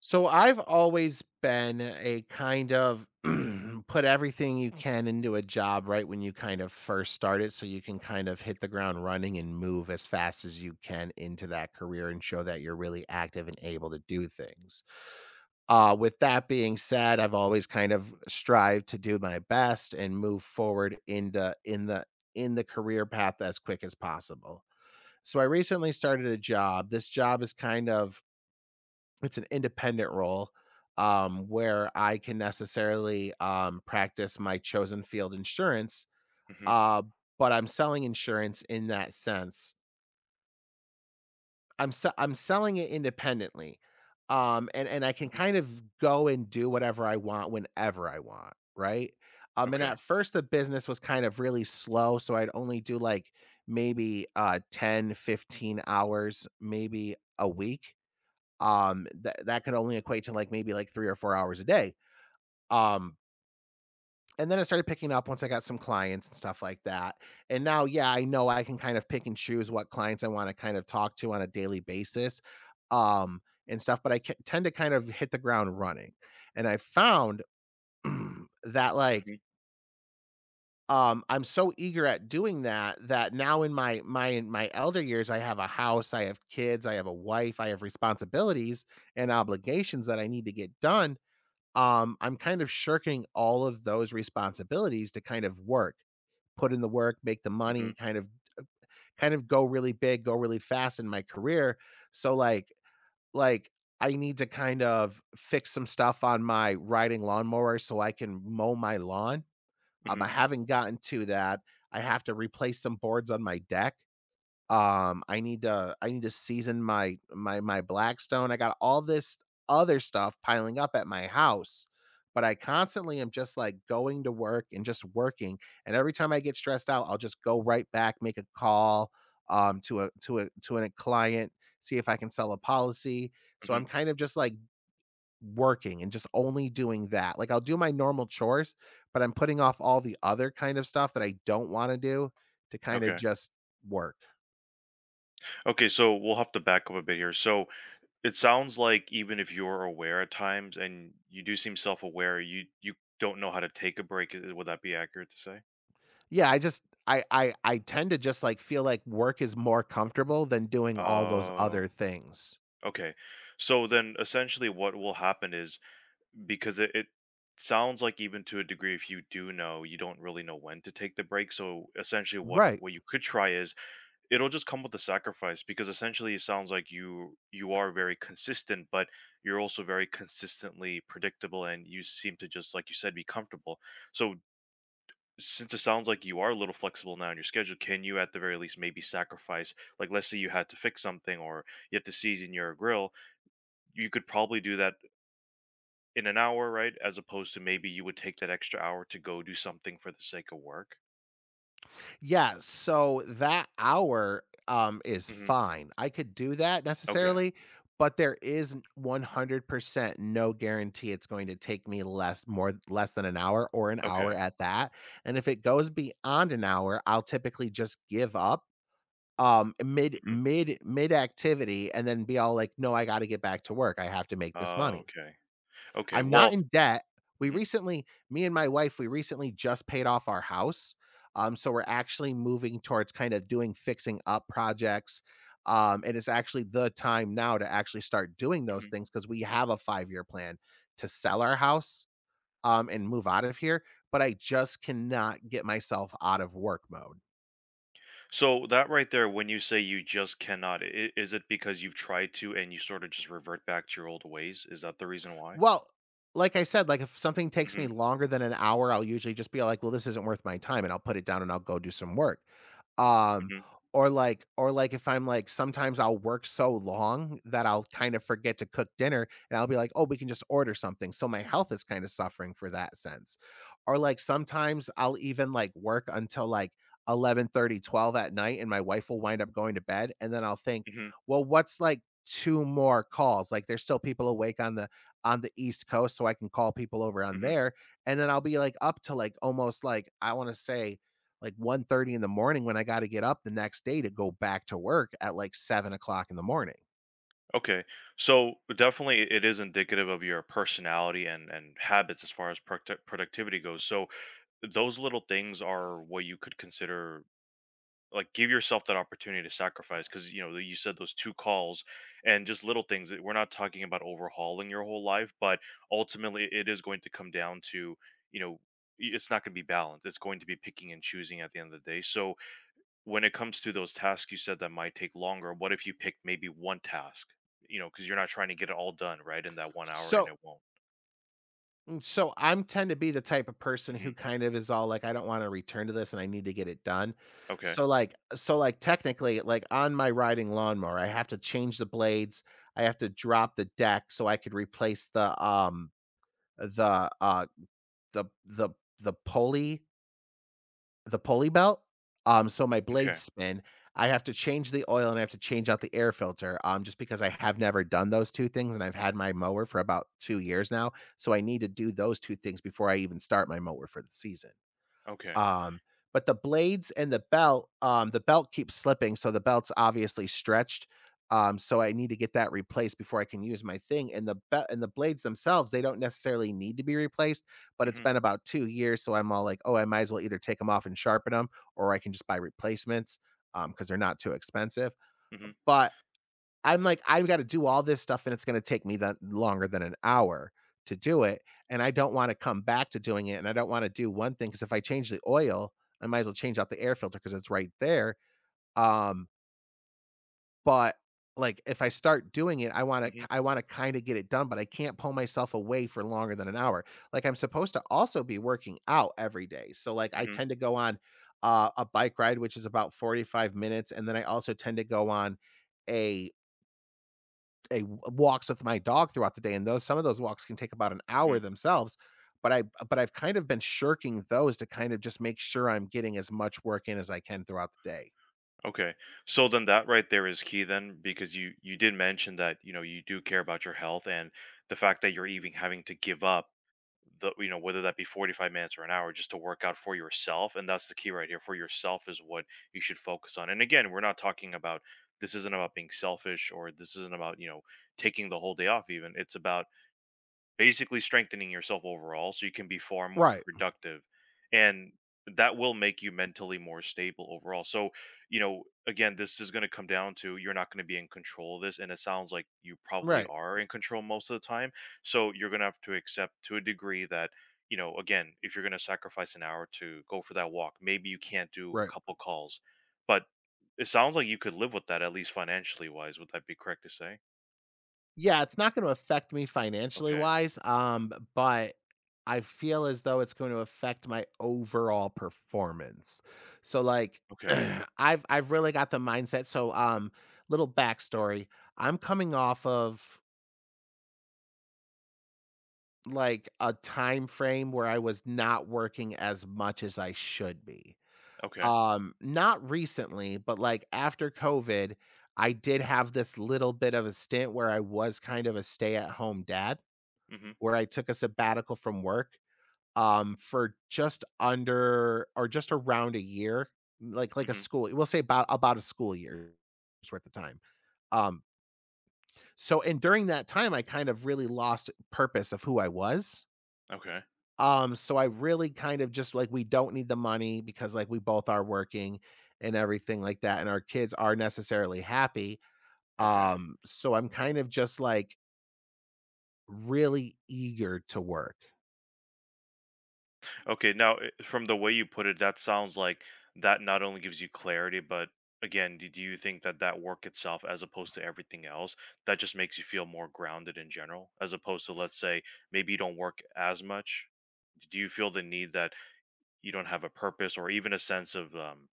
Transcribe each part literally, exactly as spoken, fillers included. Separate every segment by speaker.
Speaker 1: So I've always been a kind of put everything you can into a job right when you kind of first start it so you can kind of hit the ground running and move as fast as you can into that career and show that you're really active and able to do things. Uh, with that being said, I've always kind of strived to do my best and move forward in the in the in the career path as quick as possible. So I recently started a job. This job is kind of it's an independent role, um, where I can necessarily, um, practice my chosen field insurance,
Speaker 2: Mhm,
Speaker 1: uh, but I'm selling insurance in that sense. I'm se I'm selling it independently, um, and and I can
Speaker 2: mhm,
Speaker 1: kind of go and do whatever I want whenever I want, right? Um, and
Speaker 2: okay.
Speaker 1: at first, the business was kind of really slow, so I'd only do, like, maybe, uh, ten, fifteen hours, maybe a week. Um, that that could only equate to like maybe like three or four hours a day. Um, and then I started picking up once I got some clients and stuff like that. And now, yeah, I know I can kind of pick and choose what clients I wanna kind of talk to on a daily basis, um, and stuff, but I ca tend to kind of hit the ground running. And I found that, like,
Speaker 2: Mhm,
Speaker 1: um, I'm so eager at doing that, that now in my my in my elder years, I have a house, I have kids, I have a wife, I have responsibilities and obligations that I need to get done. Um, I'm kind of shirking all of those responsibilities to kind of work, put in the work, make the
Speaker 2: mhm,
Speaker 1: money, kind of kind of go really big, go really fast in my career. So like like I need to kind of fix some stuff on my riding lawnmower so I can mow my lawn. Um,
Speaker 2: mhm,
Speaker 1: I haven't gotten to that. I have to replace some boards on my deck. Um, I need to I need to season my my my Blackstone. I got all this other stuff piling up at my house, but I constantly am just, like, going to work and just working, and every time I get stressed out, I'll just go right back, make a call, um, to a to a to a client, see if I can sell a policy. So
Speaker 2: mhm,
Speaker 1: I'm kind of just, like, working and just only doing that. Like, I'll do my normal chores, but I'm putting off all the other kind of stuff that I don't wanna do to kinda
Speaker 2: okay.
Speaker 1: just work.
Speaker 2: Okay, so we'll have to back up a bit here. So it sounds like even if you're aware at times and you do seem self-aware, you you don't know how to take a break. i- Would that be accurate to say?
Speaker 1: Yeah, I just I I I tend to just, like, feel like work is more comfortable than doing all those
Speaker 2: Oh,
Speaker 1: other things.
Speaker 2: okay. So then essentially what will happen is because it, it sounds like even to a degree if you do know, you don't really know when to take the break. So essentially what
Speaker 1: Right.
Speaker 2: what you could try is it'll just come with the sacrifice, because essentially it sounds like you you are very consistent, but you're also very consistently predictable, and you seem to just, like you said, be comfortable. So since it sounds like you are a little flexible now in your schedule, can you at the very least maybe sacrifice, like, let's say you had to fix something or you have to season your grill, you could probably do that in an hour, right? As opposed to maybe you would take that extra hour to go do something for the sake of work.
Speaker 1: Yeah, so that hour, um, is
Speaker 2: Hmm,
Speaker 1: fine. I could do that
Speaker 2: okay,
Speaker 1: necessarily, but there is one hundred percent no guarantee it's going to take me less more less than an hour or an
Speaker 2: okay,
Speaker 1: hour at that, and if it goes beyond an hour, I'll typically just give up, um, mid
Speaker 2: mhm.
Speaker 1: mid mid-activity and then be all like, "No, I gotta get back to work. I have to make this
Speaker 2: Uh,
Speaker 1: money."
Speaker 2: okay, okay,
Speaker 1: I'm not
Speaker 2: well,
Speaker 1: in debt. We
Speaker 2: mhm,
Speaker 1: recently Me and my wife, we recently just paid off our house. Um, so we're actually moving towards kind of doing fixing up projects. Um, and it's actually the time now to actually start doing those
Speaker 2: mhm.
Speaker 1: things because we have a five year plan to sell our house, um, and move out of here. But I just cannot get myself out of work mode.
Speaker 2: So that right there, when you say you just cannot, i- is it because you've tried to and you sort of just revert back to your old ways? Is that the reason why?
Speaker 1: Well, like I said, like if something takes me
Speaker 2: Hmm,
Speaker 1: longer than an hour, I'll usually just be like, well, this isn't worth my time. And I'll put it down and I'll go do some work. Um,
Speaker 2: hmm,
Speaker 1: or like or like if I'm like sometimes I'll work so long that I'll kind of forget to cook dinner and I'll be like, "Oh, we can just order something." So my health is kind of suffering for that sense. Or like sometimes I'll even like work until like eleven thirty, twelve at night and my wife will wind up going to bed and then I'll think,
Speaker 2: hmm,
Speaker 1: "Well, what's like two more calls? Like there's still people awake on the on the East Coast so I can call people over on
Speaker 2: hmm.
Speaker 1: there." And then I'll be like up to like almost like I want to say like one thirty in the morning when I got to get up the next day to go back to work at like seven o'clock in the morning.
Speaker 2: Okay, so definitely it is indicative of your personality and and habits as far as producti- productivity goes. So those little things are what you could consider, like, give yourself that opportunity to sacrifice because you know you said those two calls, and just little things. That we're not talking about overhauling your whole life, but ultimately it is going to come down to, you know y- it's not going to be balanced, it's going to be picking and choosing at the end of the day. So when it comes to those tasks you said that might take longer, what if you pick maybe one task, you know because you're not trying to get it all done right in that one hour, and
Speaker 1: So,
Speaker 2: it won't.
Speaker 1: mm, so I'm tend to be the type of person
Speaker 2: Hmm,
Speaker 1: who kind of is all like, I don't want to return to this and I need to get it done.
Speaker 2: okay,
Speaker 1: So, like, so like technically, like on my riding lawnmower, I have to change the blades. I have to drop the deck so I could replace the um the uh the the the pulley. The pulley belt? Um, so my blades
Speaker 2: okay,
Speaker 1: spin. I have to change the oil and I have to change out the air filter, um, just because I have never done those two things, and I've had my mower for about two years now, so I need to do those two things before I even start my mower for the season.
Speaker 2: okay,
Speaker 1: Um, but the blades and the belt, um, the belt keeps slipping, so the belt's obviously stretched. Um, so I need to get that replaced before I can use my thing. And the belt and the blades themselves, they don't necessarily need to be replaced, but it's
Speaker 2: hmm,
Speaker 1: been about two years, so I'm all like, oh, I might as well either take them off and sharpen them, or I can just buy replacements, um, because they're not too expensive.
Speaker 2: hmm,
Speaker 1: But I'm like, I've got to do all this stuff and it's going to take me that longer than an hour to do it. And I don't want to come back to doing it. And I don't want to do one thing because if I change the oil, I might as well change out the air filter because it's right there. Um, but like if I start doing it, I want
Speaker 2: hmm,
Speaker 1: to I want to kind of get it done, but I can't pull myself away for longer than an hour. Like I'm supposed to also be working out every day. So like I
Speaker 2: hmm,
Speaker 1: tend to go on uh, a bike ride, which is about forty-five minutes, and then I also tend to go on a a walks with my dog throughout the day and those some of those walks can take about an hour
Speaker 2: hmm.
Speaker 1: themselves, but i but I've kind of been shirking those to kind of just make sure I'm getting as much work in as I can throughout the day.
Speaker 2: Okay. So then that right there is key then, because you you did mention that, you know, you do care about your health, and the fact that you're even having to give up the you know whether that be 45 minutes or an hour just to work out for yourself, and that's the key right here. For yourself is what you should focus on. And again, we're not talking about This isn't about being selfish, or this isn't about, you know, taking the whole day off even. It's about basically strengthening yourself overall so you can be far more
Speaker 1: Right.
Speaker 2: productive, and that will make you mentally more stable overall. So, you know again, this is going to come down to you're not going to be in control of this, and it sounds like you probably
Speaker 1: Right.
Speaker 2: are in control most of the time. So you're going to have to accept to a degree that, you know again, if you're going to sacrifice an hour to go for that walk, maybe you can't do a
Speaker 1: Right.
Speaker 2: couple calls. But it sounds like you could live with that, at least financially wise. Would that be correct to say?
Speaker 1: Yeah, it's not going to affect me financially
Speaker 2: Okay,
Speaker 1: wise, um but I feel as though it's going to affect my overall performance. So like
Speaker 2: okay,
Speaker 1: i've i've really got the mindset. So, um little backstory, I'm coming off of like, a time frame where I was not working as much as I should be.
Speaker 2: okay,
Speaker 1: Um, not recently, but, like, after COVID, I did have this little bit of a stint where I was kind of a stay-at-home dad,
Speaker 2: hmm,
Speaker 1: where I took a sabbatical from work, um, for just under or just around a year, like like a
Speaker 2: hmm.
Speaker 1: school, we'll say about about a school year's worth of time. Um, so and during that time, I kind of really lost purpose of who I was.
Speaker 2: Okay.
Speaker 1: Um, so I really kind of just like we don't need the money because like we both are working and everything like that, and our kids are necessarily happy.
Speaker 2: Okay.
Speaker 1: Um, so I'm kind of just like really eager to work.
Speaker 2: Okay. Now, i- from the way you put it, that sounds like that not only gives you clarity, but again, do do you think that that work itself, as opposed to everything else, that just makes you feel more grounded in general, as opposed to, let's say, maybe you don't work as much? Do you feel the need that you don't have a purpose or even a sense of um,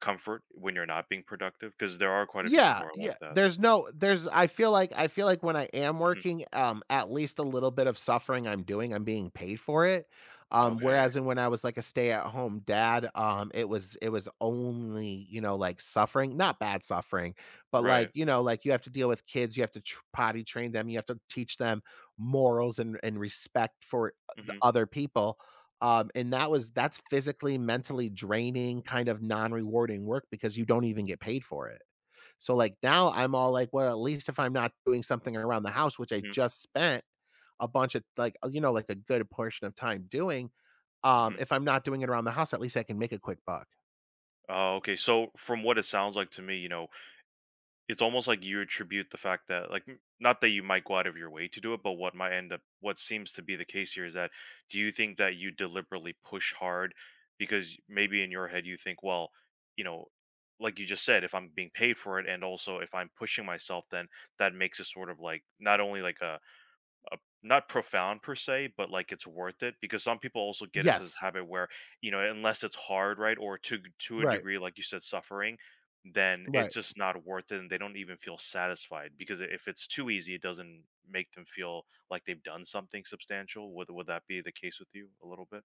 Speaker 2: comfort when you're not being productive? Because there are quite a few
Speaker 1: Yeah,
Speaker 2: people who are like
Speaker 1: yeah.
Speaker 2: that.
Speaker 1: There's no there's I feel like I feel like when I am
Speaker 2: Mhm.
Speaker 1: working, um, at least a little bit of suffering I'm doing, I'm being paid for it. Um,
Speaker 2: Okay.
Speaker 1: whereas in when I was like a stay-at-home dad, um, it was it was only, you know, like suffering, not bad suffering, but like,
Speaker 2: Right.
Speaker 1: you know, like you have to deal with kids, you have to tr- potty train them, you have to teach them morals and and respect for the
Speaker 2: Hmm,
Speaker 1: other people. Um, and that was that's physically, mentally draining, kind of non-rewarding work because you don't even get paid for it. So like now I'm all like, well, at least if I'm not doing something around the house, which I
Speaker 2: hmm,
Speaker 1: just spent a bunch of like uh, you know, like a good portion of time doing, um,
Speaker 2: hmm.
Speaker 1: if I'm not doing it around the house, at least I can make a quick buck.
Speaker 2: Oh, okay. So, from what it sounds like to me, you know, it's almost like you attribute the fact that, like, n- not that you might go out of your way to do it, but what might end up, what seems to be the case here, is that do you think that you deliberately push hard because maybe in your head you think, well, you know like you just said, if I'm being paid for it, and also if I'm pushing myself, then that makes it sort of like not only like a uh, not profound per se, but like it's worth it. Because some people also get into this
Speaker 1: Yes.
Speaker 2: habit where, you know unless it's hard, right, or to to a
Speaker 1: Right.
Speaker 2: degree, like you said, suffering, then it's
Speaker 1: Right.
Speaker 2: just not worth it, and they don't even feel satisfied, because if it's too easy, it doesn't make them feel like they've done something substantial. Would would that be the case with you a little bit?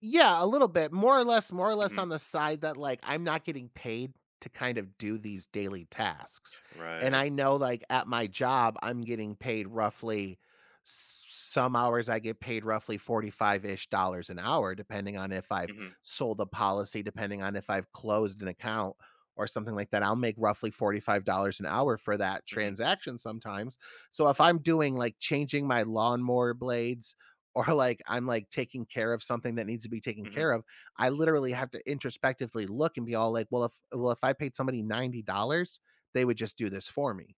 Speaker 1: Yeah, a little bit. More or less more or less
Speaker 2: Hmm.
Speaker 1: on the side that, like, I'm not getting paid to kind of do these daily tasks. And
Speaker 2: Right.
Speaker 1: I know, like, at my job, I'm getting paid roughly s some hours I get paid roughly forty-five ish dollars an hour, depending on if I've
Speaker 2: Hmm,
Speaker 1: sold a policy, depending on if I've closed an account or something like that. I'll make roughly forty-five dollars an hour for that
Speaker 2: hmm,
Speaker 1: transaction sometimes. So, if I'm doing, like, changing my lawnmower blades, or like I'm like taking care of something that needs to be taken
Speaker 2: hmm.
Speaker 1: care of, I literally have to introspectively look and be all like, well, if well, if I paid somebody ninety dollars they would just do this for me.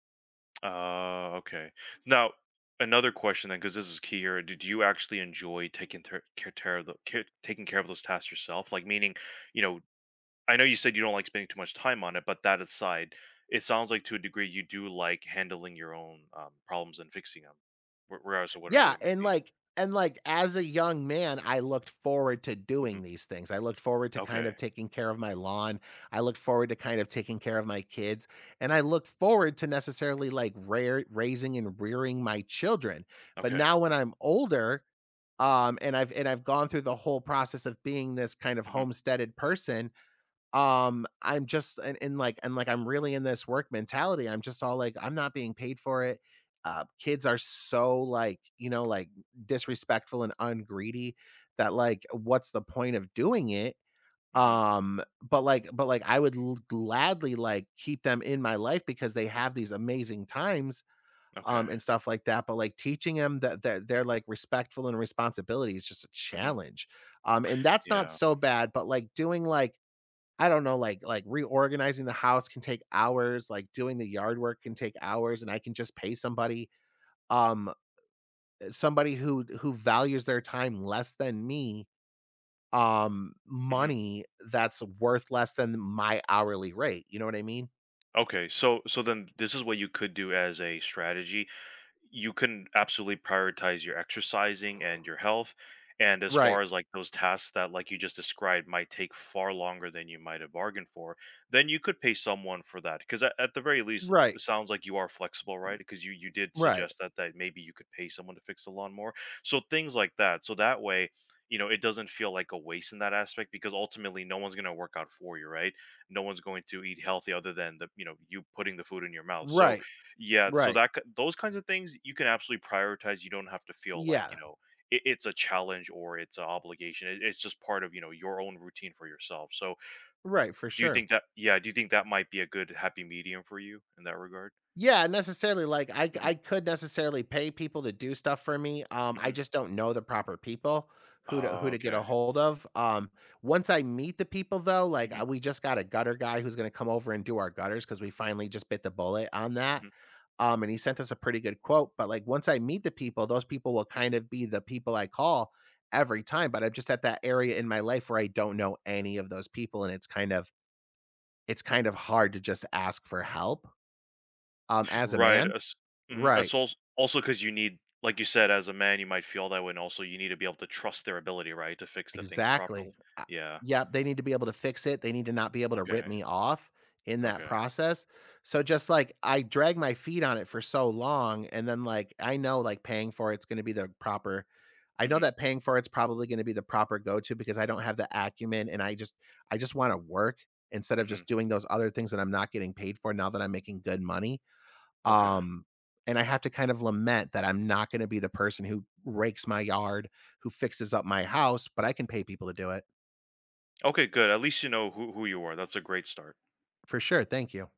Speaker 2: Uh, okay. Now, another question then, because this is key here. Did you actually enjoy taking ter- care, care of the, care, taking care of those tasks yourself? Like, meaning, you know, I know you said you don't like spending too much time on it, but that aside, it sounds like to a degree you do like handling your own um, problems and fixing them, regardless of whatever they
Speaker 1: Yeah,
Speaker 2: may
Speaker 1: and
Speaker 2: be.
Speaker 1: like and like as a young man, I looked forward to
Speaker 2: Hmm.
Speaker 1: doing these things. I looked forward to kind
Speaker 2: Okay.
Speaker 1: of taking care of my lawn. I looked forward to kind of taking care of my kids, and I look forward to necessarily like rare, raising and rearing my children. But
Speaker 2: Okay.
Speaker 1: now when I'm older, um and i've and i've gone through the whole process of being this kind of
Speaker 2: Hmm,
Speaker 1: homesteaded person. um I'm just and, and like and like I'm really in this work mentality. I'm just all like, I'm not being paid for it. uh kids are so like, you know like, disrespectful and ungreedy, that like what's the point of doing it?
Speaker 2: hmm.
Speaker 1: Um but like but like i would l- gladly like keep them in my life because they have these amazing times
Speaker 2: Okay.
Speaker 1: um, and stuff like that. But like teaching them that they're, they're like respectful and responsibility is just a
Speaker 2: Hmm.
Speaker 1: challenge. Um, and that's not
Speaker 2: Yeah.
Speaker 1: so bad, but like doing like, I don't know, like like reorganizing the house can take hours, like doing the yard work can take hours, and I can just pay somebody, um, somebody who who values their time less than me, um
Speaker 2: Hmm.
Speaker 1: money that's worth less than my hourly rate. You know what I mean?
Speaker 2: Okay. So, so then this is what you could do as a strategy. You can absolutely prioritize your exercising and your health. And as
Speaker 1: Right.
Speaker 2: far as like those tasks that, like you just described, might take far longer than you might have bargained for, then you could pay someone for that. Because at, at the very least,
Speaker 1: Right.
Speaker 2: it sounds like you are flexible, right? Because you you did
Speaker 1: Right.
Speaker 2: suggest that that maybe you could pay someone to fix the lawnmower. So things like that. So that way, you know, it doesn't feel like a waste in that aspect, because ultimately, no one's going to work out for you, right? No one's going to eat healthy other than the you know you putting the food in your mouth. So
Speaker 1: Right.
Speaker 2: yeah, so
Speaker 1: Right.
Speaker 2: that ki those kinds of things, you can absolutely prioritize. You don't have to feel like, you
Speaker 1: Yeah.
Speaker 2: know, it it's a challenge or it's an obligation. It it's just part of, you know, your own routine for yourself. So
Speaker 1: Right, for
Speaker 2: do you
Speaker 1: sure.
Speaker 2: think that yeah, do you think that might be a good happy medium for you in that regard?
Speaker 1: Yeah, necessarily, like, I
Speaker 2: Mhm,
Speaker 1: I could necessarily pay people to do stuff for me. um, I
Speaker 2: mhm.
Speaker 1: just don't know the proper people who to who
Speaker 2: Oh,
Speaker 1: to get a
Speaker 2: okay.
Speaker 1: hold of. um, once I meet the people, though, like,
Speaker 2: Mhm,
Speaker 1: uh, we just got a gutter guy who's gonna come over and do our gutters because we finally just bit the bullet on that,
Speaker 2: mhm.
Speaker 1: um, and he sent us a pretty good quote. But, like, once I meet the people, those people will kind of be the people I call every time. But I'm just at that area in my life where I don't know any of those people, and it's kind of it's kind of hard to just ask for help, um, as a
Speaker 2: Right,
Speaker 1: man.
Speaker 2: as mhm,
Speaker 1: Right.
Speaker 2: as als also, because you need, like you said, as a man, you might feel that way, and also you need to be able to trust their ability, right, to fix the things
Speaker 1: Exactly.
Speaker 2: properly?
Speaker 1: Uh,
Speaker 2: Yeah,
Speaker 1: yep, they need to be able to fix it, they need to not be able to rip
Speaker 2: okay,
Speaker 1: me off in that
Speaker 2: okay.
Speaker 1: process. So just, like, I drag my feet on it for so long, and then, like, I know, like, paying for it's gonna be the proper I know
Speaker 2: Mhm,
Speaker 1: that paying for it's probably gonna be the proper go-to because I don't have the acumen, and I just I just wanna work instead of
Speaker 2: mhm,
Speaker 1: just doing those other things that I'm not getting paid for now that I'm making good money.
Speaker 2: okay.
Speaker 1: Um, and I have to kind of lament that I'm not gonna be the person who rakes my yard, who fixes up my house, but I can pay people to do it.
Speaker 2: Okay, good. At least you know who who you are. That's a great start.
Speaker 1: For sure, thank you.